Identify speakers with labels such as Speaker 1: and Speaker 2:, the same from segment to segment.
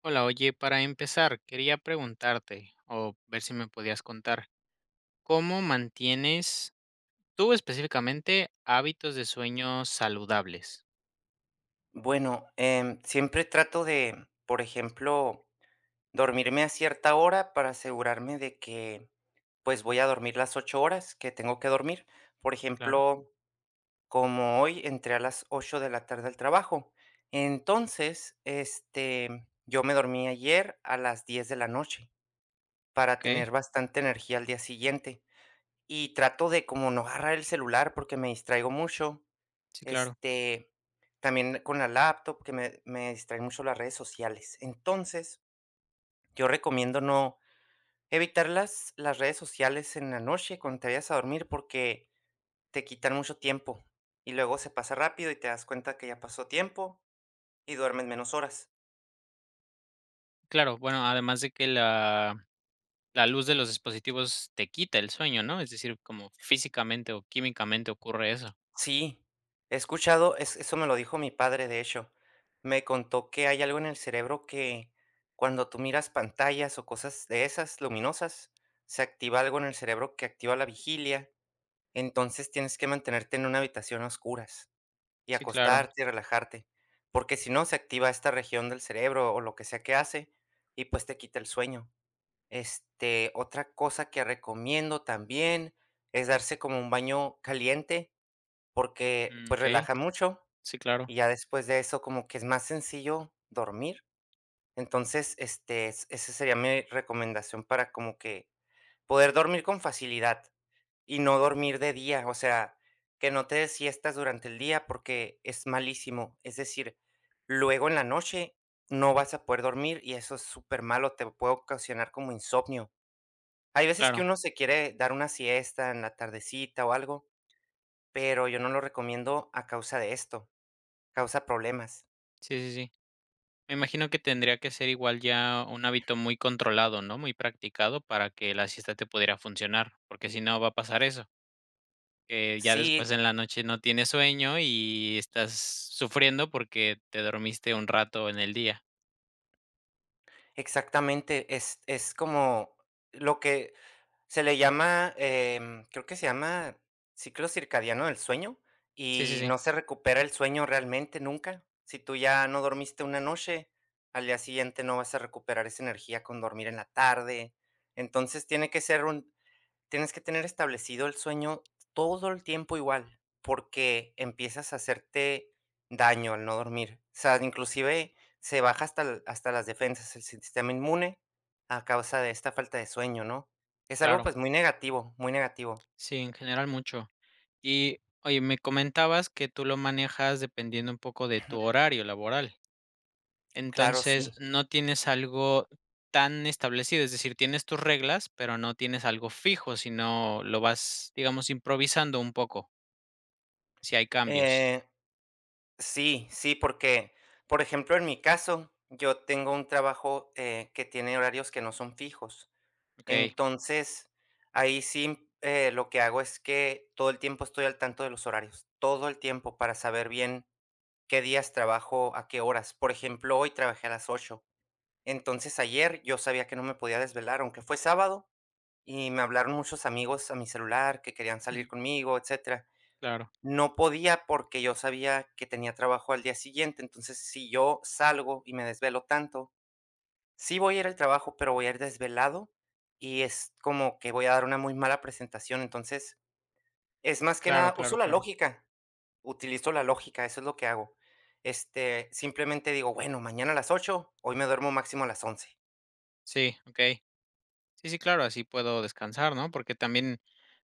Speaker 1: Hola, oye, para empezar, quería preguntarte o ver si me podías contar, ¿cómo mantienes tú específicamente hábitos de sueño saludables?
Speaker 2: Bueno, siempre trato de, por ejemplo, dormirme a cierta hora para asegurarme de que, pues, voy a dormir las 8 horas que tengo que dormir. Por
Speaker 1: Claro.
Speaker 2: ejemplo, como hoy entré a las 8 de la tarde al trabajo. Entonces, este, yo me dormí ayer a las 10 de la noche para
Speaker 1: ¿Ok?
Speaker 2: tener bastante energía al día siguiente. Y trato de como no agarrar el celular porque me distraigo mucho.
Speaker 1: Sí, claro.
Speaker 2: Este, también con la laptop, que me distraen mucho las redes sociales. Entonces, yo recomiendo no evitar las redes sociales en la noche cuando te vayas a dormir, porque te quitan mucho tiempo, y luego se pasa rápido y te das cuenta que ya pasó tiempo y duermes menos horas.
Speaker 1: Claro, bueno, además de que la luz de los dispositivos te quita el sueño, ¿no? Es decir, como físicamente o químicamente ocurre eso.
Speaker 2: Sí, he escuchado, es eso me lo dijo mi padre, de hecho. Me contó que hay algo en el cerebro que cuando tú miras pantallas o cosas de esas luminosas, se activa algo en el cerebro que activa la vigilia. Entonces, tienes que mantenerte en una habitación a oscuras, y
Speaker 1: Sí, claro.
Speaker 2: acostarte y relajarte, porque si no, se activa esta región del cerebro, o lo que sea que hace, y pues te quita el sueño. Este, otra cosa que recomiendo también, es darse como un baño caliente, porque,
Speaker 1: Mm,
Speaker 2: pues,
Speaker 1: okey.
Speaker 2: relaja mucho,
Speaker 1: Sí, claro,
Speaker 2: y ya después de eso como que es más sencillo dormir. Entonces, este, es esa sería mi recomendación para como que poder dormir con facilidad. Y no dormir de día, o sea, que no te des siestas durante el día porque es malísimo. Es decir, luego en la noche no vas a poder dormir y eso es súper malo, te puede ocasionar como insomnio. Hay veces que
Speaker 1: claro.
Speaker 2: uno se quiere dar una siesta en la tardecita o algo, pero yo no lo recomiendo a causa de esto, causa problemas.
Speaker 1: Sí, sí, sí. Me imagino que tendría que ser igual ya un hábito muy controlado, ¿no? Muy practicado para que la siesta te pudiera funcionar, porque si no va a pasar eso, que ya después
Speaker 2: Sí,
Speaker 1: en la noche no tienes sueño y estás sufriendo porque te dormiste un rato en el día.
Speaker 2: exactamente, es como lo que se le llama, creo que se llama ciclo circadiano del sueño,
Speaker 1: Sí, sí,
Speaker 2: y
Speaker 1: sí,
Speaker 2: no se recupera el sueño realmente nunca. Si tú ya no dormiste una noche, al día siguiente no vas a recuperar esa energía con dormir en la tarde. Entonces, tienes que tener establecido el sueño todo el tiempo igual, porque empiezas a hacerte daño al no dormir. O sea, inclusive se baja hasta, hasta las defensas, el sistema inmune, a causa de esta falta de sueño, ¿no? Es algo,
Speaker 1: claro.
Speaker 2: pues, muy negativo, muy negativo.
Speaker 1: Sí, en general mucho. Y oye, me comentabas que tú lo manejas dependiendo un poco de tu horario laboral.
Speaker 2: Claro,
Speaker 1: Entonces,
Speaker 2: sí.
Speaker 1: no tienes algo tan establecido, es decir, tienes tus reglas, pero no tienes algo fijo, sino lo vas, digamos, improvisando un poco, si hay cambios.
Speaker 2: Eh, sí, sí, porque, por ejemplo, en mi caso, yo tengo un trabajo, que tiene horarios que no son fijos.
Speaker 1: ¿Ok?
Speaker 2: Entonces, ahí sí, lo que hago es que todo el tiempo estoy al tanto de los horarios, todo el tiempo para saber bien qué días trabajo, a qué horas. Por ejemplo, hoy trabajé a las 8. Entonces, ayer yo sabía que no me podía desvelar, aunque fue sábado, y me hablaron muchos amigos a mi celular que querían
Speaker 1: Ujú.
Speaker 2: salir conmigo, etcétera.
Speaker 1: Claro,
Speaker 2: No podía porque yo sabía que tenía trabajo al día siguiente. Entonces, si yo salgo y me desvelo tanto, sí voy a ir al trabajo, pero voy a ir desvelado y es como que voy a dar una muy mala presentación. Entonces, es más que
Speaker 1: claro,
Speaker 2: nada,
Speaker 1: claro,
Speaker 2: uso la
Speaker 1: claro.
Speaker 2: lógica, utilizo la lógica, eso es lo que hago. Este, simplemente digo, bueno, mañana a las 8, hoy me duermo máximo a las 11.
Speaker 1: Sí, ¿ok? Sí, sí, claro, así puedo descansar, ¿no? Porque también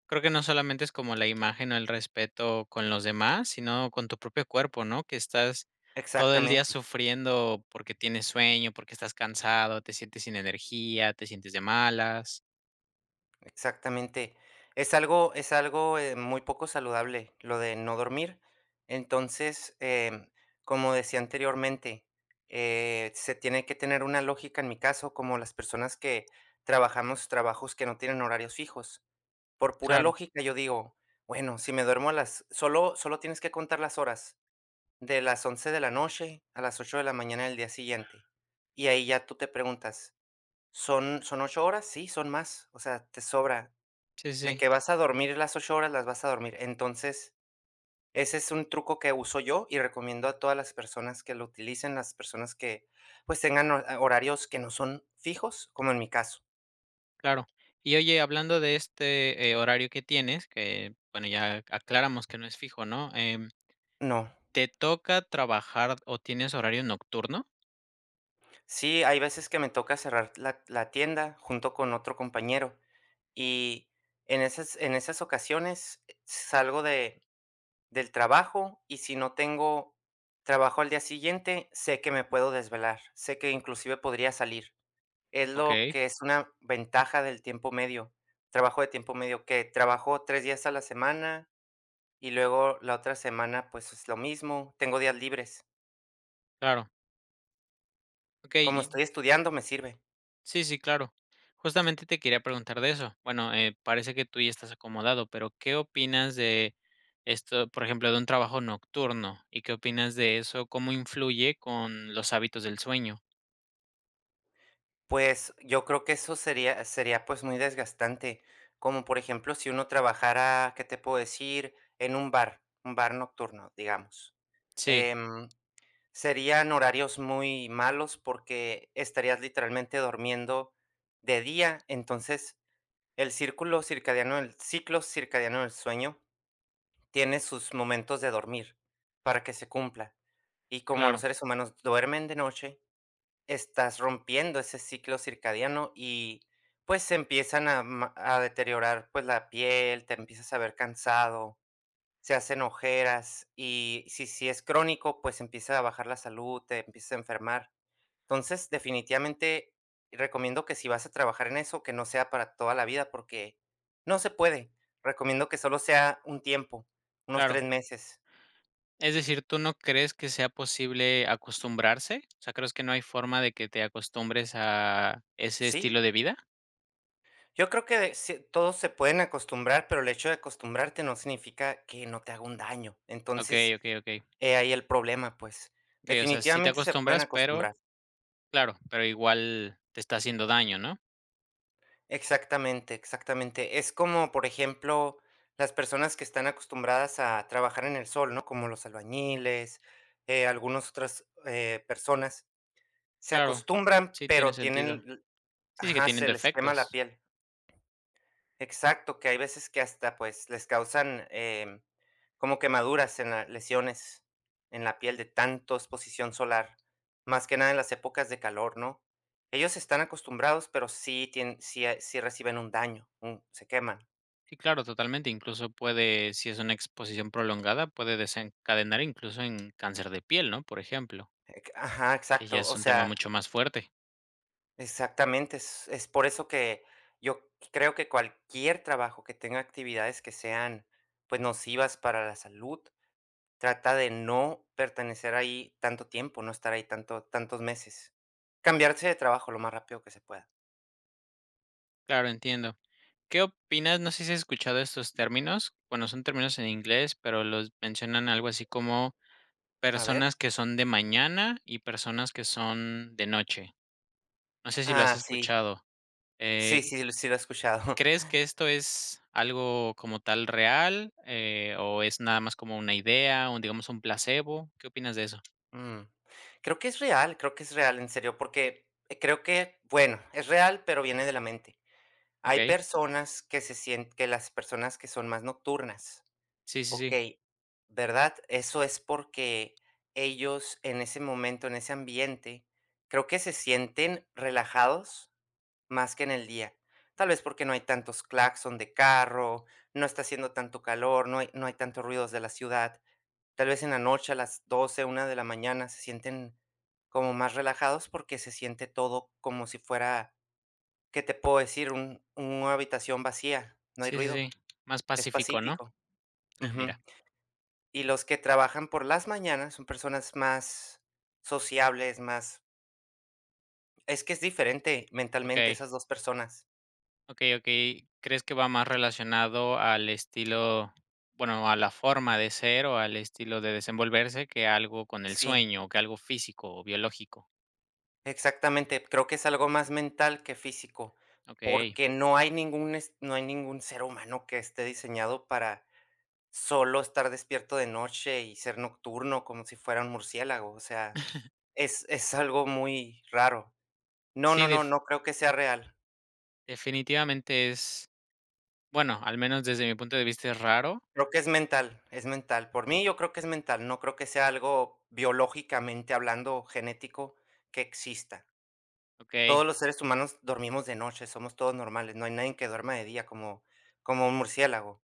Speaker 1: creo que no solamente es como la imagen o el respeto con los demás, sino con tu propio cuerpo, ¿no? Que estás todo el día
Speaker 2: Exactamente.
Speaker 1: sufriendo porque tienes sueño, porque estás cansado, te sientes sin energía, te sientes de malas.
Speaker 2: Exactamente. Es algo, muy poco saludable lo de no dormir. Entonces, como decía anteriormente, se tiene que tener una lógica, en mi caso, como las personas que trabajamos trabajos que no tienen horarios fijos. Por pura
Speaker 1: Claro,
Speaker 2: lógica, yo digo: "Bueno, si me duermo a las". Solo tienes que contar las horas, de las 11 de la noche a las 8 de la mañana del día siguiente. Y ahí ya tú te preguntas: "¿Son 8 horas? Sí, son más". O sea, te sobra.
Speaker 1: sí, sí,
Speaker 2: De
Speaker 1: sí,
Speaker 2: que vas a dormir las 8 horas, las vas a dormir. Entonces, ese es un truco que uso yo y recomiendo a todas las personas que lo utilicen, las personas que, pues, tengan horarios que no son fijos, como en mi caso.
Speaker 1: claro. Y oye, hablando de este, horario que tienes, que, bueno, ya aclaramos que no es fijo, ¿no?
Speaker 2: No.
Speaker 1: ¿Te toca trabajar o tienes horario nocturno?
Speaker 2: Sí, hay veces que me toca cerrar la tienda junto con otro compañero y en esas ocasiones, salgo del trabajo, y si no tengo trabajo al día siguiente, sé que me puedo desvelar, sé que inclusive podría salir. Es lo
Speaker 1: Okey,
Speaker 2: que es una ventaja del tiempo medio, trabajo de tiempo medio, que trabajo 3 días a la semana y luego la otra semana, pues, es lo mismo, tengo días libres.
Speaker 1: claro.
Speaker 2: Como
Speaker 1: Okey, y
Speaker 2: estoy estudiando, me sirve.
Speaker 1: sí, sí, claro. Justamente te quería preguntar de eso. Bueno, parece que tú ya estás acomodado, pero ¿qué opinas de esto, por ejemplo, de un trabajo nocturno? ¿Y qué opinas de eso? ¿Cómo influye con los hábitos del sueño?
Speaker 2: Pues, yo creo que eso sería, pues, muy desgastante, como por ejemplo, si uno trabajara, ¿qué te puedo decir?, en un bar nocturno, digamos.
Speaker 1: Sí,
Speaker 2: Em, Serían horarios muy malos porque estarías literalmente durmiendo de día. Entonces, el círculo circadiano, el ciclo circadiano del sueño tiene sus momentos de dormir para que se cumpla. Y como los
Speaker 1: claro,
Speaker 2: seres humanos duermen de noche, estás rompiendo ese ciclo circadiano y pues se empiezan a, a deteriorar, pues, la piel, te empiezas a ver cansado, se hacen ojeras, y si es crónico, pues, empieza a bajar la salud, te empiezas a enfermar. Entonces, definitivamente recomiendo que si vas a trabajar en eso, que no sea para toda la vida, porque no se puede. Recomiendo que solo sea un tiempo, unos
Speaker 1: claro.
Speaker 2: 3 meses.
Speaker 1: Es decir, ¿tú no crees que sea posible acostumbrarse? O sea, ¿crees que no hay forma de que te acostumbres a ese estilo
Speaker 2: Sí,
Speaker 1: de vida?
Speaker 2: yo creo que de sí, todos se pueden acostumbrar, pero el hecho de acostumbrarte no significa que no te haga un daño. Entonces,
Speaker 1: Okey, okey, okey.
Speaker 2: he ahí el problema, pues.
Speaker 1: Okey, o sea, sí te
Speaker 2: Definitivamente se pueden
Speaker 1: acostumbras, pero
Speaker 2: acostumbrar.
Speaker 1: claro, pero igual te está haciendo daño, ¿no?
Speaker 2: Exactamente, exactamente. Es como, por ejemplo, las personas que están acostumbradas a trabajar en el sol, ¿no? Como los albañiles, algunas otras personas. Se
Speaker 1: Claro,
Speaker 2: acostumbran,
Speaker 1: sí tiene
Speaker 2: pero tienen,
Speaker 1: sentido. Sí, sí que
Speaker 2: ajá,
Speaker 1: tienen
Speaker 2: se les quema la
Speaker 1: defectos.
Speaker 2: piel. Exacto, que hay veces que hasta, pues, les causan, como quemaduras en la lesiones en la piel de tanto exposición solar, más que nada en las épocas de calor, ¿no? Ellos están acostumbrados, pero sí, sí reciben un daño, se queman.
Speaker 1: Sí, claro, totalmente. Incluso puede, si es una exposición prolongada, puede desencadenar incluso en cáncer de piel, ¿no? Por ejemplo,
Speaker 2: Ec Ajá,
Speaker 1: que ya
Speaker 2: exacto,
Speaker 1: es
Speaker 2: o
Speaker 1: un tema
Speaker 2: sea,
Speaker 1: mucho más fuerte.
Speaker 2: exactamente, es por eso que yo creo que cualquier trabajo que tenga actividades que sean, pues, nocivas para la salud, trata de no pertenecer ahí tanto tiempo, no estar ahí tantos meses. Cambiarse de trabajo lo más rápido que se pueda.
Speaker 1: Claro, entiendo. ¿Qué opinas? No sé si has escuchado estos términos. Bueno, son términos en inglés, pero los mencionan algo así como
Speaker 2: A ver.
Speaker 1: personas que son de mañana y personas que son de noche. No sé si lo has
Speaker 2: Ah, sí.
Speaker 1: escuchado.
Speaker 2: Sí,
Speaker 1: Eh,
Speaker 2: sí, sí lo he escuchado.
Speaker 1: ¿Crees que esto es algo como tal real, o es nada más como una idea, un, digamos, un placebo? ¿Qué opinas de eso?
Speaker 2: Mm. Creo que es real, creo que es real, en serio, porque creo que, bueno, es real, pero viene de la mente. Hay
Speaker 1: Okey.
Speaker 2: personas que se sien que las personas que son más nocturnas,
Speaker 1: Sí, sí, sí.
Speaker 2: okey, ¿verdad? Eso es porque ellos, en ese momento, en ese ambiente, creo que se sienten relajados. Más que en el día. Tal vez porque no hay tantos claxon de carro, no está haciendo tanto calor, no hay tantos ruidos de la ciudad. Tal vez en la noche, a las 12, 1 de la mañana, se sienten como más relajados porque se siente todo como si fuera, ¿qué te puedo decir? Un una habitación vacía, no hay
Speaker 1: Sí, sí,
Speaker 2: ruido,
Speaker 1: sí. Más
Speaker 2: es
Speaker 1: pacífico, ¿no?
Speaker 2: pacífico.
Speaker 1: Ah, mira,
Speaker 2: Ujú. Y los que trabajan por las mañanas son personas más sociables. Más Es que es diferente mentalmente
Speaker 1: okey.
Speaker 2: esas 2 personas.
Speaker 1: Okey, okey. ¿Crees que va más relacionado al estilo, bueno, a la forma de ser o al estilo de desenvolverse que algo con el
Speaker 2: Sí.
Speaker 1: sueño, o que algo físico o biológico?
Speaker 2: Exactamente, creo que es algo más mental que físico,
Speaker 1: Okey.
Speaker 2: porque no hay ningún ser humano que esté diseñado para solo estar despierto de noche y ser nocturno como si fuera un murciélago, o sea, es algo muy raro. No,
Speaker 1: Sí,
Speaker 2: no, no,
Speaker 1: def
Speaker 2: no creo que sea real.
Speaker 1: definitivamente es, bueno, al menos desde mi punto de vista es raro.
Speaker 2: Creo que es mental, es mental. Por mí, yo creo que es mental, no creo que sea algo biológicamente hablando, genético, que exista.
Speaker 1: Okey,
Speaker 2: Todos los seres humanos dormimos de noche, somos todos normales, no hay nadie que duerma de día como un murciélago.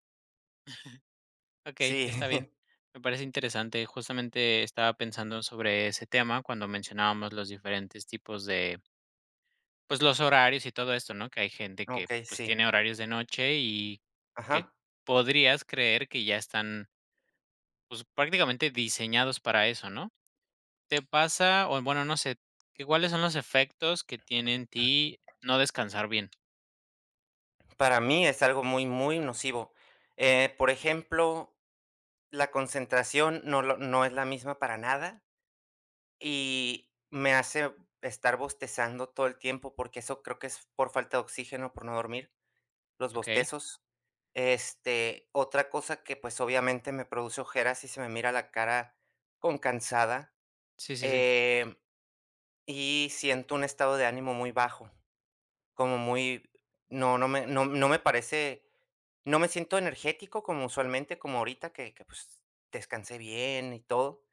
Speaker 1: okey,
Speaker 2: Sí,
Speaker 1: está bien. Me parece interesante. Justamente estaba pensando sobre ese tema cuando mencionábamos los diferentes tipos de pues, los horarios y todo esto, ¿no? Que hay gente que,
Speaker 2: okey,
Speaker 1: pues,
Speaker 2: sí.
Speaker 1: tiene horarios de noche y que
Speaker 2: Ajá.
Speaker 1: podrías creer que ya están, pues, prácticamente diseñados para eso, ¿no? ¿Te pasa? O bueno, no sé, ¿que cuáles son los efectos que tiene en ti no descansar bien?
Speaker 2: Para mí es algo muy, muy nocivo. Por ejemplo, la concentración no es la misma para nada, y me hace estar bostezando todo el tiempo, porque eso creo que es por falta de oxígeno, por no dormir, los
Speaker 1: Okey.
Speaker 2: bostezos. Este, otra cosa que, pues, obviamente me produce ojeras, y se me mira la cara con cansada.
Speaker 1: Sí, sí, sí.
Speaker 2: Em, y siento un estado de ánimo muy bajo, como muy no no me no no me parece no me siento energético como usualmente, como ahorita que, pues, descansé bien y todo.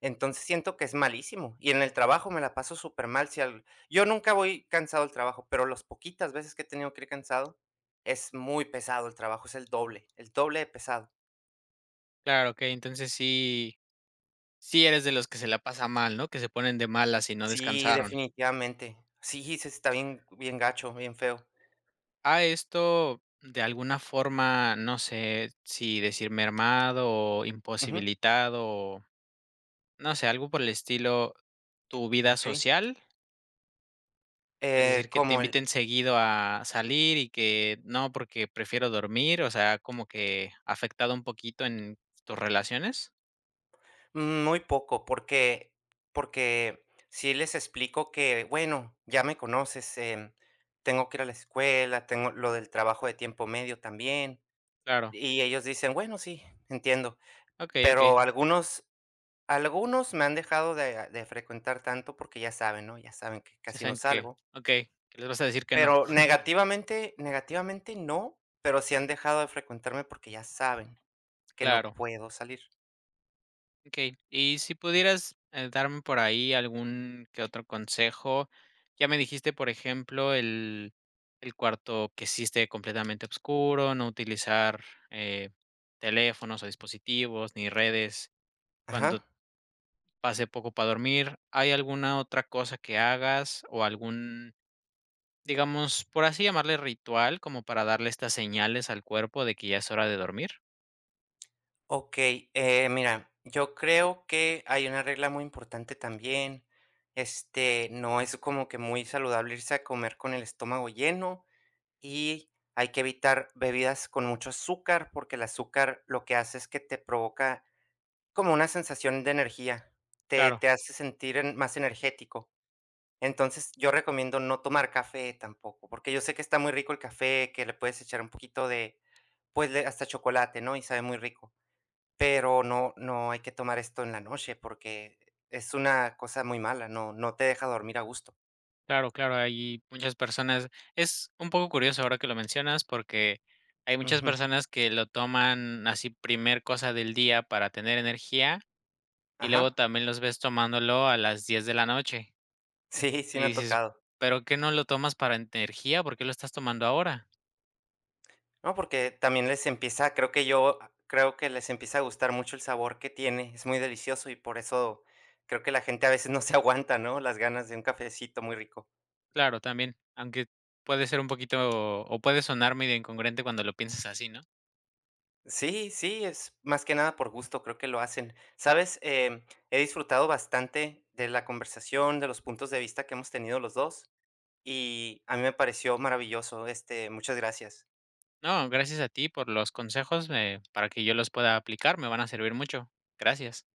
Speaker 2: Entonces, siento que es malísimo, y en el trabajo me la paso súper mal. Si al Yo nunca voy cansado al trabajo, pero las poquitas veces que he tenido que ir cansado, es muy pesado el trabajo, es el doble de pesado.
Speaker 1: Claro, okey. Entonces sí eres de los que se la pasa mal, ¿no? Que se ponen de malas y no
Speaker 2: Sí,
Speaker 1: descansaron.
Speaker 2: definitivamente. Sí, sí, está bien bien gacho, bien feo.
Speaker 1: ¿A esto de alguna forma, no sé si decir mermado o
Speaker 2: Ujú,
Speaker 1: imposibilitado o, no sé, algo por el estilo, tu vida
Speaker 2: okey.
Speaker 1: social? Es decir, que te
Speaker 2: Como el
Speaker 1: inviten seguido a salir y que no, porque prefiero dormir, o sea, como que afectado un poquito en tus relaciones.
Speaker 2: Muy poco, porque si les explico que, bueno, ya me conoces, tengo que ir a la escuela, tengo lo del trabajo de tiempo medio también,
Speaker 1: Claro.
Speaker 2: y ellos dicen: "Bueno, sí, entiendo".
Speaker 1: Okey, okey.
Speaker 2: Pero algunos me han dejado de frecuentar tanto porque ya saben, ¿no? Ya saben que
Speaker 1: Ya
Speaker 2: casi no
Speaker 1: saben que
Speaker 2: salgo,
Speaker 1: okey, que les vas a decir que no.
Speaker 2: pero negativamente no, pero sí han dejado de frecuentarme porque ya saben que no
Speaker 1: Claro.
Speaker 2: puedo salir.
Speaker 1: Okey. Y si pudieras, darme por ahí algún que otro consejo. Ya me dijiste, por ejemplo, el cuarto que sí esté completamente oscuro, no utilizar, eh, teléfonos o dispositivos, ni redes
Speaker 2: Ajá.
Speaker 1: cuando pase poco para dormir. ¿Hay alguna otra cosa que hagas o algún, digamos, por así llamarle, ritual, como para darle estas señales al cuerpo de que ya es hora de dormir?
Speaker 2: Ok, mira, yo creo que hay una regla muy importante también. Este, no es como que muy saludable irse a comer con el estómago lleno, y hay que evitar bebidas con mucho azúcar porque el azúcar lo que hace es que te provoca como una sensación de energía, te,
Speaker 1: Claro.
Speaker 2: te hace sentir más energético. Entonces, yo recomiendo no tomar café tampoco, porque yo sé que está muy rico el café, que le puedes echar un poquito de, pues, hasta chocolate, ¿no? Y sabe muy rico, pero no hay que tomar esto en la noche porque es una cosa muy mala, no te deja dormir a gusto.
Speaker 1: Claro, claro, hay muchas personas. Es un poco curioso ahora que lo mencionas porque hay muchas
Speaker 2: Ujú.
Speaker 1: personas que lo toman así primer cosa del día para tener energía y luego
Speaker 2: Ajá.
Speaker 1: también los ves tomándolo a las 10 de la noche.
Speaker 2: Sí, sí
Speaker 1: Y
Speaker 2: me ha
Speaker 1: dices,
Speaker 2: tocado.
Speaker 1: ¿pero qué no lo tomas para energía? ¿Por qué lo estás tomando ahora?
Speaker 2: No, porque también les empieza creo que yo creo que les empieza a gustar mucho el sabor que tiene, es muy delicioso, y por eso creo que la gente a veces no se aguanta, ¿no? Las ganas de un cafecito muy rico.
Speaker 1: Claro, también, aunque puede ser un poquito o puede sonar medio incongruente cuando lo piensas así, ¿no?
Speaker 2: Sí, sí, es más que nada por gusto, creo que lo hacen. ¿Sabes? He disfrutado bastante de la conversación, de los puntos de vista que hemos tenido los dos. Y a mí me pareció maravilloso, este, muchas gracias.
Speaker 1: No, gracias a ti por los consejos, para que yo los pueda aplicar, me van a servir mucho. Gracias.